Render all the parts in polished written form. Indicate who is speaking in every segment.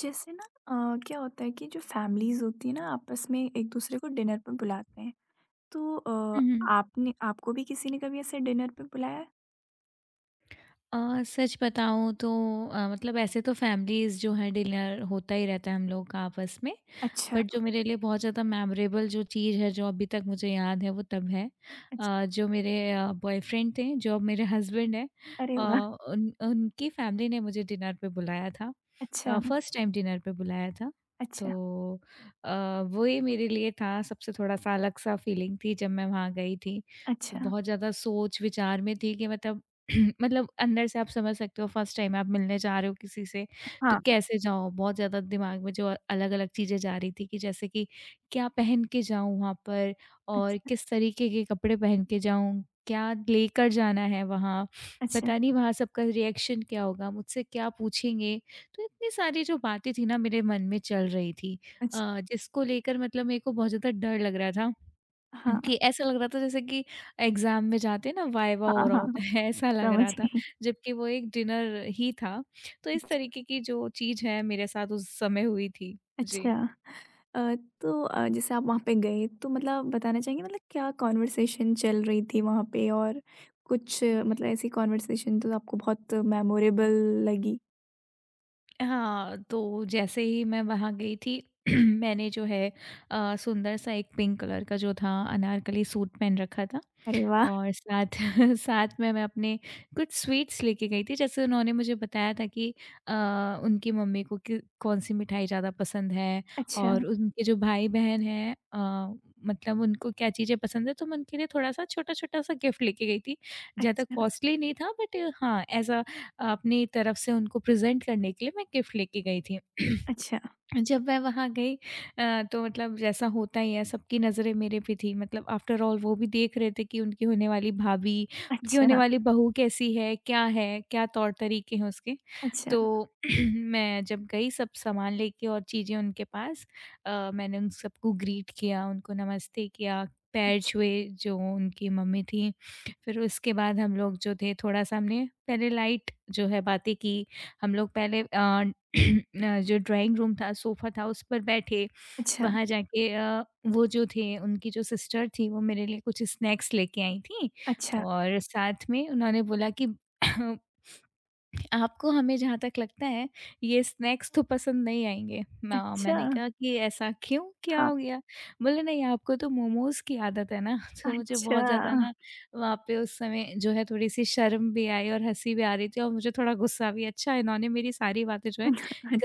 Speaker 1: जैसे ना। क्या होता है कि जो फैमिलीज़ होती है ना आपस में एक दूसरे को डिनर पे बुलाते हैं। तो
Speaker 2: हुँ, हुँ।
Speaker 1: आपने आपको भी किसी ने कभी ऐसे डिनर पे बुलाया है?
Speaker 2: सच बताऊँ तो मतलब ऐसे तो फैमिलीज़ जो हैं डिनर होता ही रहता है हम लोग का आपस में।
Speaker 1: अच्छा,
Speaker 2: बट जो मेरे लिए बहुत ज़्यादा मेमोरेबल जो चीज़ है, जो अभी तक मुझे याद है वो तब है
Speaker 1: अच्छा,
Speaker 2: जो मेरे बॉयफ्रेंड थे, जो अब मेरे हस्बैंड हैं।
Speaker 1: अरे
Speaker 2: अ,
Speaker 1: वाह!
Speaker 2: उन उनकी फैमिली ने मुझे डिनर पे बुलाया था।
Speaker 1: अच्छा,
Speaker 2: फर्स्ट टाइम डिनर पे बुलाया था। तो
Speaker 1: अच्छा,
Speaker 2: अ, वो ही मेरे लिए था, सबसे थोड़ा-सा अलग-सा फीलिंग थी जब मैं वहाँ गई थी।
Speaker 1: अच्छा,
Speaker 2: बहुत ज़्यादा सोच-विचार में थी कि मतलब मतलब अंदर से आप समझ सकते हो फर्स्ट टाइम आप मिलने जा रहे हो किसी से, तो
Speaker 1: हाँ,
Speaker 2: कैसे जाओ, बहुत ज़्यादा दिमाग में जो अलग अलग चीज़ें जा रही थी कि जैसे कि क्या पहन के जाऊँ वहाँ पर, और
Speaker 1: अच्छा,
Speaker 2: किस तरीके के कपड़े पहन के जाऊँ, क्या लेकर जाना है वहाँ,
Speaker 1: अच्छा,
Speaker 2: पता नहीं वहाँ सबका रिएक्शन क्या होगा, मुझसे क्या पूछेंगे। तो इतनी सारी जो बातें थी ना मेरे मन में चल रही थी
Speaker 1: अच्छा,
Speaker 2: जिसको लेकर मतलब मेरे को बहुत ज़्यादा डर लग रहा था,
Speaker 1: हाँ,
Speaker 2: कि ऐसा लग रहा था जैसे कि एग्ज़ाम में जाते हैं ना, वाइवा
Speaker 1: हाँ,
Speaker 2: हो रहा
Speaker 1: हाँ, हाँ,
Speaker 2: होता है ऐसा लग रहा
Speaker 1: समझ
Speaker 2: था,
Speaker 1: गई।
Speaker 2: जबकि वो एक डिनर ही था। तो इस
Speaker 1: अच्छा,
Speaker 2: तरीके की जो चीज़ है मेरे साथ उस समय हुई थी।
Speaker 1: अच्छा।
Speaker 2: जी।
Speaker 1: अ, तो जैसे आप वहाँ पे गए तो मतलब बताना चाहेंगे मतलब क्या कन्वर्सेशन चल रही थी वहाँ पे, और कुछ मतलब ऐसी कन्वर्सेशन तो आपको बहुत मेमोरेबल लगी?
Speaker 2: हाँ, तो जैसे ही मैं वहाँ गई थी मैंने जो है सुंदर सा एक पिंक कलर का जो था अनारकली सूट पहन रखा था,
Speaker 1: अरे वाह!
Speaker 2: और साथ साथ में मैं अपने कुछ स्वीट्स लेके गई थी। जैसे उन्होंने मुझे बताया था कि अ, उनकी मम्मी को कि कौन-सी मिठाई ज़्यादा पसंद है,
Speaker 1: अच्छा,
Speaker 2: और उनके जो भाई-बहन हैं, मतलब उनको क्या चीज़ें पसंद है, तो मैं उनके लिए थोड़ा-सा छोटा-छोटा सा गिफ्ट लेके गई थी। ज़्यादा
Speaker 1: अच्छा,
Speaker 2: कॉस्टली नहीं था, बट हाँ, एज़ अ अपनी तरफ से उनको प्रेज़ेंट करने के लिए मैं गिफ्ट लेके गई थी।
Speaker 1: अच्छा,
Speaker 2: जब मैं वहाँ गई तो मतलब जैसा होता ही है, सबकी नज़रें मेरे पे थी, मतलब आफ्टर ऑल वो भी देख रहे थे कि उनकी होने वाली भाभी, उनकी होने
Speaker 1: अच्छा,
Speaker 2: वाली बहू कैसी है, क्या तौर-तरीके हैं उसके।
Speaker 1: अच्छा,
Speaker 2: तो मैं जब गई सब सामान लेके और चीज़ें उनके पास, मैंने उन सबको ग्रीट किया, उनको नमस्ते किया, पैर छुए जो उनकी मम्मी थी। फिर उसके बाद हम लोग जो थे थोड़ा-सा हमने पहले लाइट जो है बातें की। हम लोग पहले जो ड्राइंग रूम था, सोफ़ा था, उस पर बैठे।
Speaker 1: अच्छा,
Speaker 2: वहाँ जाके वो जो थे, उनकी जो सिस्टर थी, वो मेरे लिए कुछ स्नैक्स लेके आई थीं,
Speaker 1: अच्छा,
Speaker 2: और साथ में उन्होंने बोला कि आपको हमें जहाँ तक लगता है ये स्नैक्स तो पसंद नहीं आएँगे।
Speaker 1: अच्छा,
Speaker 2: ना मैंने
Speaker 1: अच्छा,
Speaker 2: कहा कि ऐसा क्यों? क्या
Speaker 1: हाँ,
Speaker 2: हो गया? बोले नहीं आपको तो मोमोज़ की आदत है ना। तो मुझे
Speaker 1: अच्छा,
Speaker 2: बहुत ज़्यादा ना वहाँ पे उस समय जो है थोड़ी-सी शर्म भी आई, और हँसी भी आ रही थी, और मुझे थोड़ा गुस्सा भी, अच्छा इन्होंने मेरी सारी बातें जो है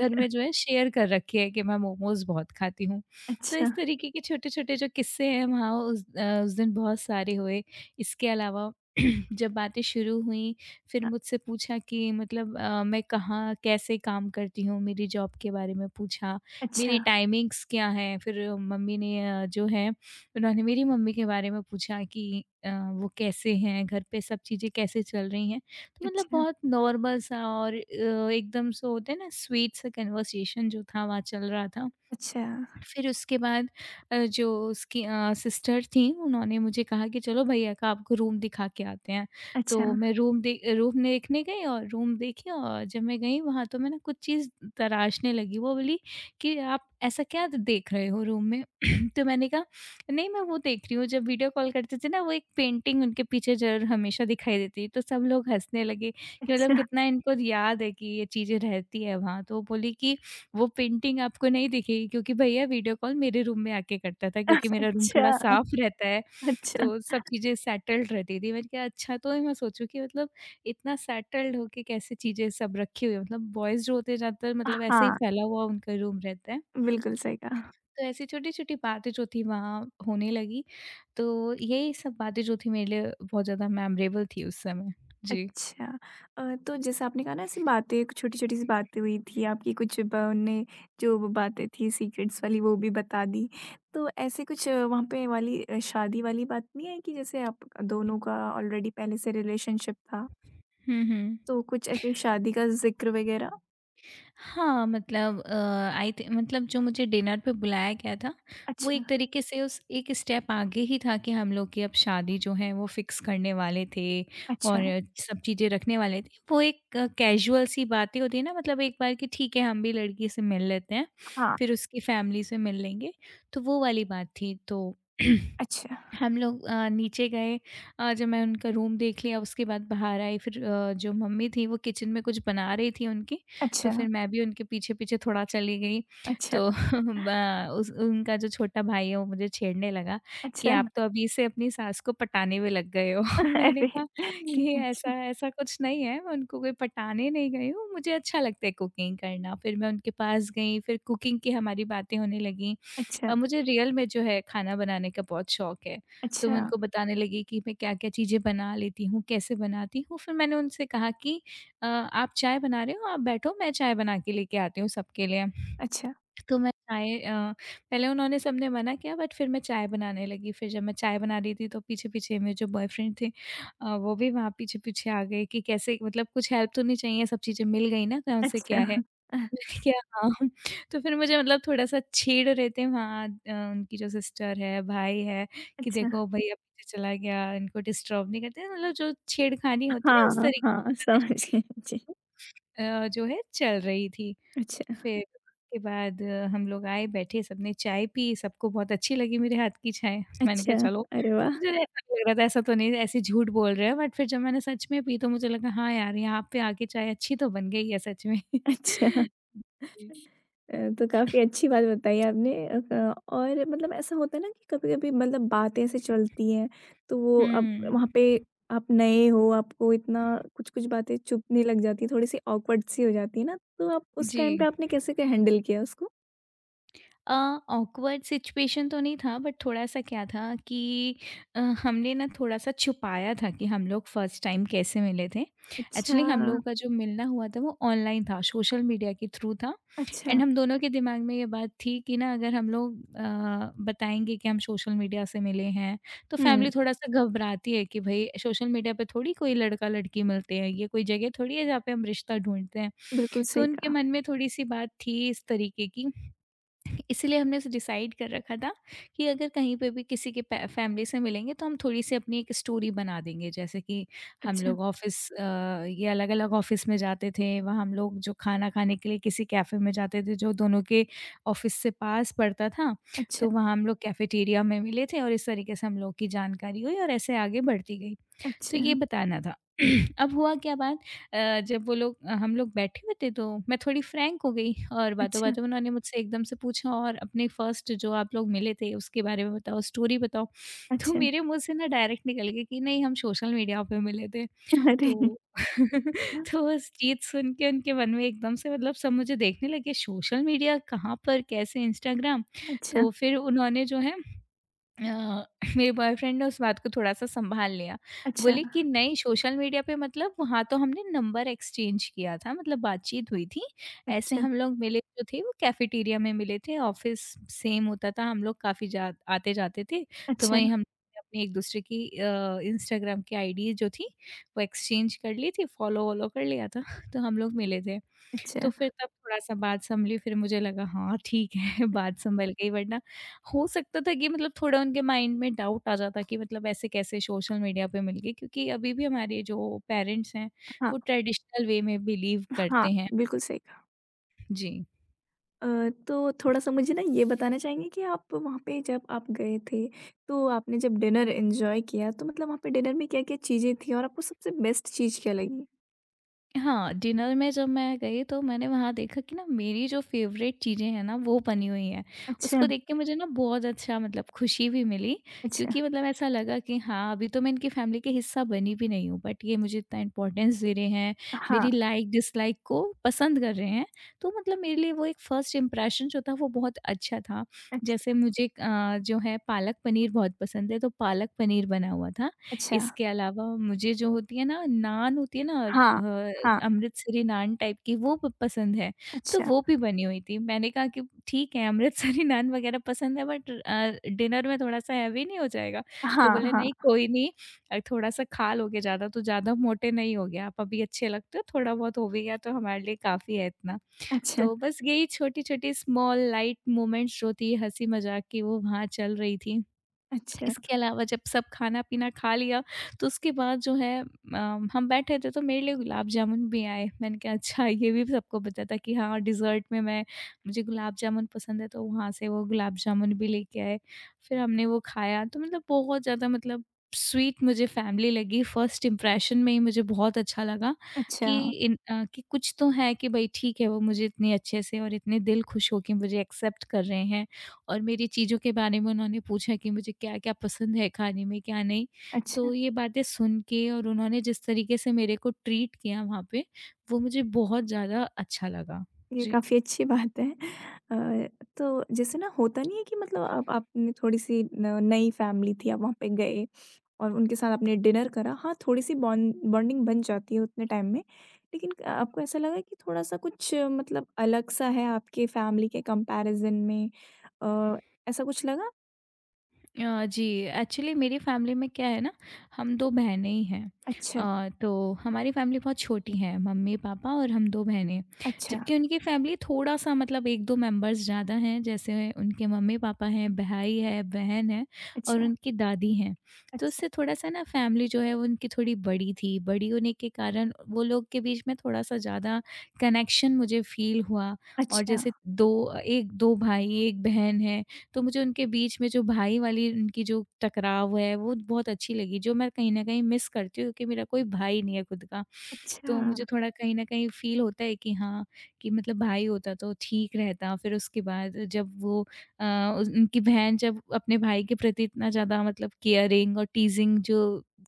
Speaker 2: घर में जो है शेयर कर रखी है कि मैं मोमोज़ बहुत खाती हूँ। तो
Speaker 1: अच्छा,
Speaker 2: इस तरीके के छोटे-छोटे जो किस्से हैं वहाँ उस उस दिन बहुत सारे हुए। इसके अलावा जब बातें शुरू हुई, फिर
Speaker 1: अ,
Speaker 2: मुझसे पूछा कि मतलब मैं कहाँ कैसे काम करती हूँ, मेरी जॉब के बारे में पूछा,
Speaker 1: अच्छा,
Speaker 2: मेरी टाइमिंग्स क्या हैं? फिर मम्मी ने जो है उन्होंने मेरी मम्मी के बारे में पूछा कि वो कैसे हैं? घर पे सब चीज़ें कैसे चल रही हैं? तो मतलब
Speaker 1: अच्छा,
Speaker 2: बहुत नॉर्मल सा और एकदम से होता है ना स्वीट सा कन्वर्सेशन, जो था वहाँ चल रहा था।
Speaker 1: अच्छा,
Speaker 2: फिर उसके बाद जो उसकी सिस्टर थीं उन्होंने मुझे कहा कि चलो भैया का आपको रूम दिखा के आते हैं। तो
Speaker 1: अच्छा,
Speaker 2: मैं रूम देखने गई और रूम देखी, और जब मैं गई वहाँ तो मैं ना कुछ चीज़ तराशने लगी। वो बोली कि आप ऐसा क्या देख रहे हो रूम में? तो मैंने कहा नहीं मैं वो देख रही हूँ, जब वीडियो कॉल करते थे ना वो एक पेंटिंग उनके पीछे ज़रूर हमेशा दिखाई देती है। तो सब लोग हँसने लगे कि मतलब
Speaker 1: अच्छा,
Speaker 2: कितना इनको याद है कि ये चीज़ें रहती है वहाँ। तो वो बोली कि वो पेंटिंग आपको नहीं दिखेगी क्योंकि भैया वीडियो कॉल मेरे रूम में आके करता था, क्योंकि मेरा रूम थोड़ा
Speaker 1: अच्छा,
Speaker 2: साफ रहता है,
Speaker 1: अच्छा,
Speaker 2: तो सब चीज़ें सेटल्ड रहती थी। मैंने कहा अच्छा, तो मैं सोचूँ कि मतलब इतना सेटल्ड होके कैसे चीज़ें सब रखी हुई है, मतलब बॉयज़ जो होते हैं ज़्यादातर मतलब ऐसे ही
Speaker 1: हाँ,
Speaker 2: फैला हुआ उनका रूम रहता है।
Speaker 1: बिल्कुल सही कहा।
Speaker 2: तो ऐसी छोटी-छोटी बातें जो थी वहाँ होने लगी, तो यही सब बातें जो थी मेरे लिए बहुत ज़्यादा मेमोरेबल थी उस समय। जी।
Speaker 1: अच्छा। तो जैसे आपने कहा ना ऐसी बातें छोटी-छोटी सी बातें हुई थी आपकी, कुछ ब उनने जो वो बातें थी सीक्रेट्स वाली वो भी बता दी। तो ऐसे कुछ वहाँ पे वाली शादी वाली बात नहीं आई कि जैसे आप दोनों का ऑलरेडी पहले से रिलेशनशिप था,
Speaker 2: हुँ, हुँ।
Speaker 1: तो कुछ ऐसे शादी का ज़िक्र वग़ैरह?
Speaker 2: हाँ, मतलब आई थि मतलब जो मुझे डिनर पे बुलाया गया था, वो
Speaker 1: अच्छा,
Speaker 2: एक तरीके से उस एक स्टेप आगे ही था कि हम लोग की अब शादी जो है वो फ़िक्स करने वाले थे
Speaker 1: अच्छा,
Speaker 2: और सब चीज़ें रखने वाले थे। वो एक कैज़ुअल सी बातें होती है ना, मतलब एक बार कि ठीक है हम भी लड़की से मिल लेते हैं,
Speaker 1: हाँ,
Speaker 2: फिर उसकी फैमिली से मिल लेंगे, तो वो वाली बात थी तो
Speaker 1: अच्छा,
Speaker 2: हम लोग नीचे गए, जब मैं उनका रूम देख लिया उसके बाद बाहर आई, फिर जो मम्मी थी वो किचन में कुछ बना रही थी उनकी, तो
Speaker 1: अच्छा,
Speaker 2: फिर मैं भी उनके पीछे-पीछे थोड़ा चली गई।
Speaker 1: अच्छा,
Speaker 2: तो ब उस उनका जो छोटा भाई है वो मुझे छेड़ने लगा कि
Speaker 1: अच्छा।
Speaker 2: आप तो अभी से अपनी सास को पटाने में लग गए हो। मैंने
Speaker 1: अरे!
Speaker 2: कहा कि
Speaker 1: अच्छा,
Speaker 2: ऐसा ऐसा कुछ नहीं है, मैं उनको कोई पटाने नहीं गई हूँ, मुझे अच्छा लगता है कुकिंग करना। फिर मैं उनके पास गई, फिर कुकिंग की हमारी बातें होने लगीं।
Speaker 1: अच्छा,
Speaker 2: मुझे रियल में जो है खाना बनाने का बहुत शौक है। तो मैं
Speaker 1: अच्छा,
Speaker 2: उनको बताने लगी कि मैं क्या-क्या चीज़ें बना लेती हूँ, कैसे बनाती हूँ। फिर मैंने उनसे कहा कि आप चाय बना रहे हो, आप बैठो मैं चाय बना के लेके आती हूँ सबके लिए।
Speaker 1: अच्छा,
Speaker 2: तो मैं चाय पहले उन्होंने सबने मना किया, बट फिर मैं चाय बनाने लगी। फिर जब मैं चाय बना रही थी तो पीछे-पीछे मेरे जो बॉयफ्रेंड थे वो भी वहाँ पीछे-पीछे आ गए, कि कैसे, मतलब कुछ हेल्प तो नहीं चाहिए, सब चीज़ें मिल गई ना, कहाँ से
Speaker 1: अच्छा,
Speaker 2: क्या है। क्या! हाँ। तो फिर मुझे मतलब थोड़ा-सा छेड़ रहे थे वहाँ उनकी जो सिस्टर है, भाई है, कि
Speaker 1: अच्छा।
Speaker 2: देखो भैया पीछे चला गया, इनको डिस्टर्ब नहीं करते, मतलब जो छेड़खानी होती है उस
Speaker 1: हाँ,
Speaker 2: तरीके
Speaker 1: हाँ,
Speaker 2: की बातें
Speaker 1: समझ गई। जी।
Speaker 2: जो है चल रही थी।
Speaker 1: अच्छा,
Speaker 2: फिर उसके बाद हम लोग आए, बैठे, सबने चाय पी, सबको बहुत अच्छी लगी मेरे हाथ की चाय। मैंने
Speaker 1: अच्छा।
Speaker 2: कहा चलो,
Speaker 1: अरे वाह!
Speaker 2: मुझे ऐसा लग रहा था ऐसा तो नहीं ऐसे झूठ बोल रहे हैं, बट फिर जब मैंने सच में पी तो मुझे लगा हाँ यार, यहाँ पे आके चाय अच्छी तो बन गई है सच में।
Speaker 1: अच्छा।
Speaker 2: जी।
Speaker 1: तो काफ़ी अच्छी बात बताई आपने। अ, क और मतलब ऐसा होता है ना कि कभी-कभी मतलब बातें ऐसे चलती हैं, तो वो अब
Speaker 2: हुँ।
Speaker 1: वहाँ पे आप नए हो, आपको इतना कुछ-कुछ बातें चुभने लग जाती हैं, थोड़ी-सी ऑकवर्ड सी हो जाती है ना, तो आप उस
Speaker 2: जी।
Speaker 1: टाइम पे आपने कैसे क हैंडल किया उसको?
Speaker 2: अ ऑकवर्ड सिचुएशन तो नहीं था बट थोड़ा सा क्या था कि हमने ना थोड़ा सा छुपाया था कि हम लोग फर्स्ट टाइम कैसे मिले थे।
Speaker 1: अच्छा,
Speaker 2: एक्चुअली हम लोगों का जो मिलना हुआ था वो ऑनलाइन था, सोशल मीडिया के थ्रू था। एंड
Speaker 1: अच्छा।
Speaker 2: हम दोनों के दिमाग में ये बात थी कि ना अगर हम लोग बताएंगे कि हम सोशल मीडिया से मिले हैं, तो फैमिली
Speaker 1: हुँ,
Speaker 2: थोड़ा सा घबराती है कि भाई सोशल मीडिया पे थोड़ी कोई लड़का लड़की मिलते हैं, ये कोई जगह थोड़ी है जहाँ पे हम रिश्ता ढूंढते हैं।
Speaker 1: बिल्कुल
Speaker 2: तो
Speaker 1: सही
Speaker 2: उनके
Speaker 1: कहा।
Speaker 2: मन में थोड़ी सी बात थी इस तरीके की, इसीलिए हमने ऐसे डिसाइड कर रखा था कि अगर कहीं पे भी किसी के फैमिली से मिलेंगे तो हम थोड़ी सी अपनी एक स्टोरी बना देंगे, जैसे कि हम
Speaker 1: अच्छा,
Speaker 2: लोग ऑफिस ये अलग अलग ऑफिस में जाते थे, वहाँ हम लोग जो खाना खाने के लिए किसी कैफ़े में जाते थे जो दोनों के ऑफिस से पास पड़ता था,
Speaker 1: अच्छा,
Speaker 2: तो वहाँ हम लोग कैफेटेरिया में मिले थे, और इस तरीके से हम लोग की जानकारी हुई और ऐसे आगे बढ़ती गई। तो
Speaker 1: अच्छा,
Speaker 2: ये बताना था। अब हुआ क्या बात, जब वो लोग हम लोग बैठे हुए थे तो मैं थोड़ी फ्रैंक हो गई, और
Speaker 1: अच्छा,
Speaker 2: बातों-बातों में उन्होंने मुझसे एकदम से पूछा और अपने फर्स्ट जो आप लोग मिले थे उसके बारे में बताओ, स्टोरी बताओ। तो
Speaker 1: अच्छा।
Speaker 2: मेरे मुँह से ना डायरेक्ट निकल गया कि नहीं हम सोशल मीडिया पे मिले थे।
Speaker 1: अरे!
Speaker 2: तो तो उस चीज़ सुन के उनके मन में एकदम से मतलब सब मुझे देखने लगे, सोशल मीडिया कहाँ पर, कैसे, इंस्टाग्राम?
Speaker 1: अच्छा,
Speaker 2: तो फिर उन्होंने जो है अ, मेरे बॉयफ्रेंड ने उस बात को थोड़ा-सा सँभाल लिया।
Speaker 1: अच्छा,
Speaker 2: बोले कि नहीं सोशल मीडिया पे मतलब वहाँ तो हमने नंबर एक्सचेंज किया था, मतलब बातचीत हुई थी। ऐसे
Speaker 1: अच्छा,
Speaker 2: हम लोग मिले जो थे वो कैफ़ेटेरिया में मिले थे, ऑफ़िस सेम होता था, हम लोग काफ़ी जा आते-जाते थे। तो
Speaker 1: अच्छा,
Speaker 2: वहीं हमने अपनी एक-दूसरे की इंस्टाग्राम की आईडीज़ जो थी, वो एक्सचेंज कर ली थी, फ़ॉलो-वॉलो कर लिया था। तो हम लोग मिले थे। तो
Speaker 1: अच्छा।
Speaker 2: फिर तब थोड़ा-सा बात सँभली, फिर मुझे लगा हाँ, ठीक है। बात सँभल गई, वरना हो सकता था कि मतलब थोड़ा उनके माइंड में डाउट आ जाता कि मतलब ऐसे कैसे सोशल मीडिया पे मिल गई, क्योंकि अभी भी हमारे जो पेरेंट्स हैं,
Speaker 1: हाँ।
Speaker 2: वो ट्रेडिशनल वे में बिलीव
Speaker 1: हाँ,
Speaker 2: करते हैं।
Speaker 1: बिल्कुल सही कहा।
Speaker 2: जी।
Speaker 1: तो थोड़ा-सा मुझे ना ये बताना चाहेंगे कि आप वहाँ पे जब आप गए थे, तो आपने जब डिनर एन्जॉय किया, तो मतलब वहाँ पे डिनर में क्या-क्या चीज़ें थीं और आपको सबसे बेस्ट चीज़ क्या लगी?
Speaker 2: हाँ, डिनर में जब मैं गई तो मैंने वहाँ देखा कि ना मेरी जो फ़ेवरेट चीज़ें हैं ना वो बनी हुई हैं।
Speaker 1: अच्छा,
Speaker 2: उसको देख के मुझे ना बहुत अच्छा मतलब खुशी भी मिली,
Speaker 1: अच्छा।
Speaker 2: क्योंकि मतलब ऐसा लगा कि हाँ, अभी तो मैं इनकी फ़ैमिली के हिस्सा बनी भी नहीं हूँ, बट ये मुझे इतना इम्पोर्टेंस दे रहे हैं,
Speaker 1: हाँ।
Speaker 2: मेरी लाइक डिसलाइक को पसंद कर रहे हैं। तो मतलब मेरे लिए वो एक फ़र्स्ट इम्प्रेशन जो था वो बहुत अच्छा था।
Speaker 1: अच्छ
Speaker 2: जैसे मुझे जो है पालक पनीर बहुत पसंद है, तो पालक पनीर बना हुआ था।
Speaker 1: अच्छा।
Speaker 2: इसके अलावा मुझे जो होती है ना नान होती है ना
Speaker 1: हाँ,
Speaker 2: अ
Speaker 1: हाँ,
Speaker 2: अमृतसरी नान टाइप की वो प पसंद है, तो
Speaker 1: अच्छा।
Speaker 2: वो भी बनी हुई थी। मैंने कहा कि ठीक है, अमृतसरी नान वग़ैरह पसंद है, बट डिनर में थोड़ा-सा हेवी नहीं हो जाएगा? तो
Speaker 1: हाँ,
Speaker 2: बोले
Speaker 1: हाँ,
Speaker 2: नहीं, कोई नहीं, थोड़ा-सा खा लोगे ज़्यादा तो ज़्यादा मोटे नहीं होगे, आप अभी अच्छे लगते हो, थोड़ा बहुत हो भी गया तो हमारे लिए काफ़ी है इतना।
Speaker 1: अच्छा,
Speaker 2: तो बस यही छोटी-छोटी स्मॉल लाइट मोमेंट्स जो थी हँसी मज़ाक की वो वहाँ चल रही थी।
Speaker 1: अच्छा,
Speaker 2: इसके अलावा जब सब खाना-पीना खा लिया, तो उसके बाद जो है हम बैठे थे तो मेरे लिए गुलाब जामुन भी आए। मैंने कहा अच्छा, ये भी सबको पता था कि हाँ, डिज़र्ट में मैं मुझे गुलाब जामुन पसंद है, तो वहाँ से वो गुलाब जामुन भी लेके आए। फिर हमने वो खाया, तो मतलब बहुत ज़्यादा मतलब स्वीट मुझे फैमिली लगी। फर्स्ट इम्प्रेशन में ही मुझे बहुत अच्छा लगा
Speaker 1: अच्छा,
Speaker 2: कि कि कुछ तो है कि भई ठीक है, वो मुझे इतने अच्छे से और इतने दिल खुश हो के मुझे एक्सेप्ट कर रहे हैं। और मेरी चीज़ों के बारे में उन्होंने पूछा कि मुझे क्या-क्या पसंद है खाने में, क्या नहीं।
Speaker 1: अच्छा।
Speaker 2: तो ये बातें सुन के और उन्होंने जिस तरीके से मेरे को ट्रीट किया वहाँ पे, वो मुझे बहुत ज़्यादा अच्छा लगा।
Speaker 1: ये
Speaker 2: जी।
Speaker 1: काफ़ी अच्छी बात है। अ, तो जैसे ना होता नहीं है कि मतलब अब आपने थोड़ी-सी न नई फैमिली थी, आप वहाँ पे गए और उनके साथ आपने डिनर करा, हाँ, थोड़ी-सी बॉन्डिंग बन जाती है उतने टाइम में। लेकिन आपको ऐसा लगा कि थोड़ा-सा कुछ मतलब अलग-सा है आपके फैमिली के कंपैरिज़न में, अ, ऐसा कुछ लगा?
Speaker 2: जी, एक्चुअली मेरी फैमिली में क्या है ना, हम 2 बहनें ही हैं।
Speaker 1: अच्छा,
Speaker 2: तो हमारी फैमिली बहुत छोटी है, मम्मी पापा और हम 2 बहनें।
Speaker 1: अच्छा,
Speaker 2: जबकि उनकी फैमिली थोड़ा-सा मतलब 1-2 मेंबर्स ज़्यादा हैं, जैसे उनके मम्मी पापा हैं, भाई है, बहन है और
Speaker 1: अच्छा,
Speaker 2: उनकी दादी हैं। तो
Speaker 1: अच्छा,
Speaker 2: उससे थोड़ा-सा ना फैमिली जो है वो उनकी थोड़ी बड़ी थी। बड़ी होने के कारण वो लोग के बीच में थोड़ा-सा ज़्यादा कनेक्शन मुझे फ़ील हुआ। और
Speaker 1: अच्छा,
Speaker 2: जैसे 2 1 2 भाई 1 बहन है, तो मुझे उनके बीच में जो भाई वाली उनकी जो टकराव है वो बहुत अच्छी लगी, जो मैं कहीं न कहीं मिस करती हूँ, क्योंकि मेरा कोई भाई नहीं है खुद का।
Speaker 1: अच्छा,
Speaker 2: तो मुझे थोड़ा कहीं न कहीं फ़ील होता है कि हाँ, कि मतलब भाई होता तो ठीक रहता। फिर उसके बाद जब वो अ, उनकी बहन जब अपने भाई के प्रति इतना ज़्यादा मतलब केयरिंग और टीज़िंग जो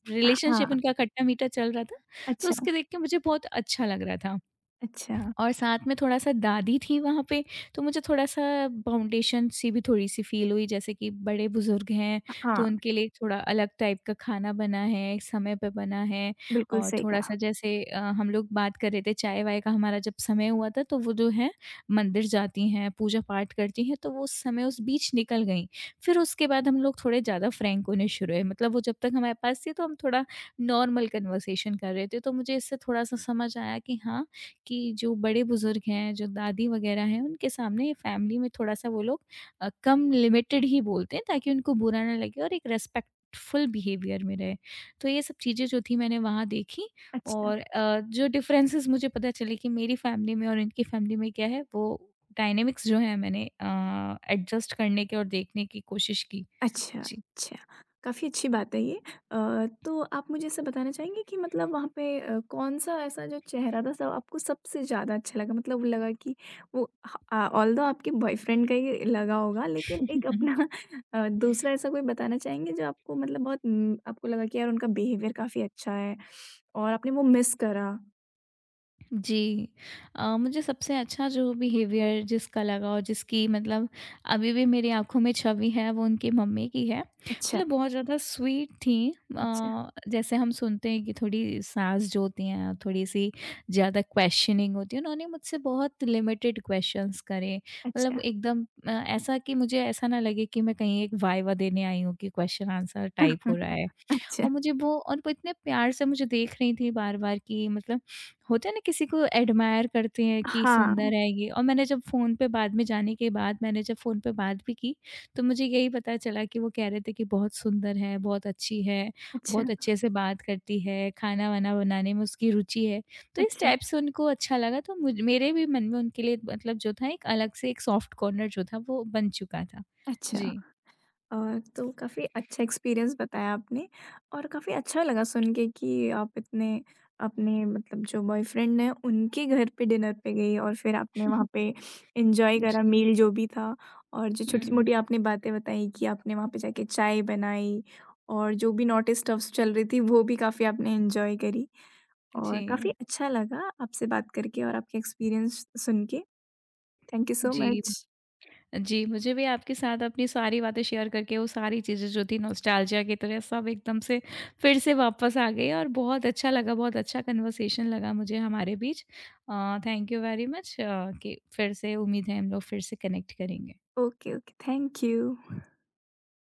Speaker 2: रिलेशनशिप
Speaker 1: हाँ,
Speaker 2: उनका खट्टा-मीठा चल रहा था, तो
Speaker 1: अच्छा,
Speaker 2: उसके देख के मुझे बहुत अच्छा लग रहा था।
Speaker 1: अच्छा,
Speaker 2: और साथ में थोड़ा-सा दादी थी वहाँ पे, तो मुझे थोड़ा-सा बाउंडेशन सी भी थोड़ी-सी फ़ील हुई, जैसे कि बड़े-बुज़ुर्ग हैं, तो
Speaker 1: हाँ,
Speaker 2: उनके लिए थोड़ा अलग टाइप का खाना बना है, समय पे बना है।
Speaker 1: बिल्कुल
Speaker 2: और
Speaker 1: सही
Speaker 2: थोड़ा-सा
Speaker 1: कहा।
Speaker 2: जैसे हम लोग बात कर रहे थे, चाय-वाय का हमारा जब समय हुआ था, तो वो जो है मंदिर जाती हैं, पूजा-पाठ करती हैं, तो वो उस समय उस बीच निकल गईं। फिर उसके बाद हम लोग थोड़े ज़्यादा फ्रैंक होने शुरू हुए, मतलब वो जब तक हमारे पास थी, तो हम थोड़ा नॉर्मल कन्वर्सेशन कर रहे थे, तो मुझे इससे थोड़ा-सा समझ आया कि हाँ, कि जो बड़े-बुज़ुर्ग हैं, जो दादी वग़ैरह हैं, उनके सामने फैमिली में थोड़ा-सा वो लोग कम लिमिटेड ही बोलते हैं, ताकि उनको बुरा ना लगे और एक रिस्पेक्टफुल बिहेवियर में रहे। तो ये सब चीज़ें जो थी मैंने वहाँ देखी।
Speaker 1: अच्छा।
Speaker 2: और जो डिफरेंसेस मुझे पता चले कि मेरी फैमिली में और इनकी फैमिली में क्या है, वो डायनामिक्स जो हैं मैंने एडजस्ट करने के और देखने की कोशिश की।
Speaker 1: अच्छा,
Speaker 2: जी।
Speaker 1: अच्छा। काफ़ी अच्छी बात है ये। तो आप मुझे ऐसा बताना चाहेंगे कि मतलब वहाँ पे कौन-सा ऐसा जो चेहरा था सब आपको सबसे ज़्यादा अच्छा लगा? मतलब लगा कि वो ऑल्दो आपके बॉयफ्रेंड का ही लगा होगा, लेकिन एक अपना दूसरा ऐसा कोई बताना चाहेंगे जो आपको मतलब बहुत आपको लगा कि यार उनका बिहेवियर काफ़ी अच्छा है और आपने वो मिस करा?
Speaker 2: जी। मुझे सबसे अच्छा जो बिहेवियर जिसका लगा और जिसकी मतलब अभी भी मेरी आँखों में छवि है वो उनकी मम्मी की है।
Speaker 1: अच्छा,
Speaker 2: मतलब बहुत ज़्यादा स्वीट थीं।
Speaker 1: अच्छा,
Speaker 2: जैसे हम सुनते हैं कि थोड़ी सास जो होती हैं थोड़ी-सी ज़्यादा क्वेश्चनिंग होती है, उन्होंने मुझसे बहुत लिमिटेड क्वेश्चन्स करे। मतलब
Speaker 1: अच्छा।
Speaker 2: एकदम ऐसा कि मुझे ऐसा ना लगे कि मैं कहीं एक वाइवा देने आई हूँ कि क्वेश्चन आंसर टाइप हो रहा है। और
Speaker 1: अच्छा।
Speaker 2: मुझे वो इतने प्यार से मुझे देख रही थी बार-बार कि मतलब होता है ना, किसी को एडमायर करते हैं कि
Speaker 1: हाँ।
Speaker 2: सुंदर है ये। और मैंने जब फ़ोन पे बाद में जाने के बाद मैंने जब फ़ोन पे बात भी की, तो मुझे यही पता चला कि वो कह रहे थे कि बहुत सुंदर है, बहुत अच्छी है,
Speaker 1: अच्छा,
Speaker 2: बहुत अच्छे से बात करती है, खाना-वाना बनाने में उसकी रुचि है। तो इस
Speaker 1: अच्छा,
Speaker 2: टाइप से उनको अच्छा लगा, तो मुझ मेरे भी मन में उनके लिए मतलब जो था एक अलग से एक सॉफ्ट कॉर्नर जो था वो बन चुका था।
Speaker 1: अच्छा।
Speaker 2: जी।
Speaker 1: और तो काफ़ी अच्छा एक्सपीरियंस बताया आपने, और काफ़ी अच्छा लगा सुन के कि आप इतने अपने मतलब जो बॉयफ्रेंड हैं उनके घर पे डिनर पे गई और फिर आपने वहाँ पे एंजॉय करा
Speaker 2: जी।
Speaker 1: मील जो भी था, और जो छोटी
Speaker 2: हुँ।
Speaker 1: मोटी आपने बातें बताई कि आपने वहाँ पे जाके चाय बनाई और जो भी नॉटी स्टफ्स चल रही थी वो भी काफ़ी आपने एंजॉय करी, और
Speaker 2: जी।
Speaker 1: काफ़ी अच्छा लगा आपसे बात करके और आपके एक्सपीरियंस सुन के। थैंक यू सो
Speaker 2: जी।
Speaker 1: मच।
Speaker 2: जी, मुझे भी आपके साथ अपनी सारी बातें शेयर करके वो सारी चीज़ें जो थी नॉस्टैल्जिया की तरह सब एकदम से फिर से वापस आ गई, और बहुत अच्छा लगा, बहुत अच्छा कन्वर्सेशन लगा मुझे हमारे बीच। Thank you very much. कि फिर से उम्मीद है हम लोग फिर से कनेक्ट करेंगे।
Speaker 1: Okay okay, thank you.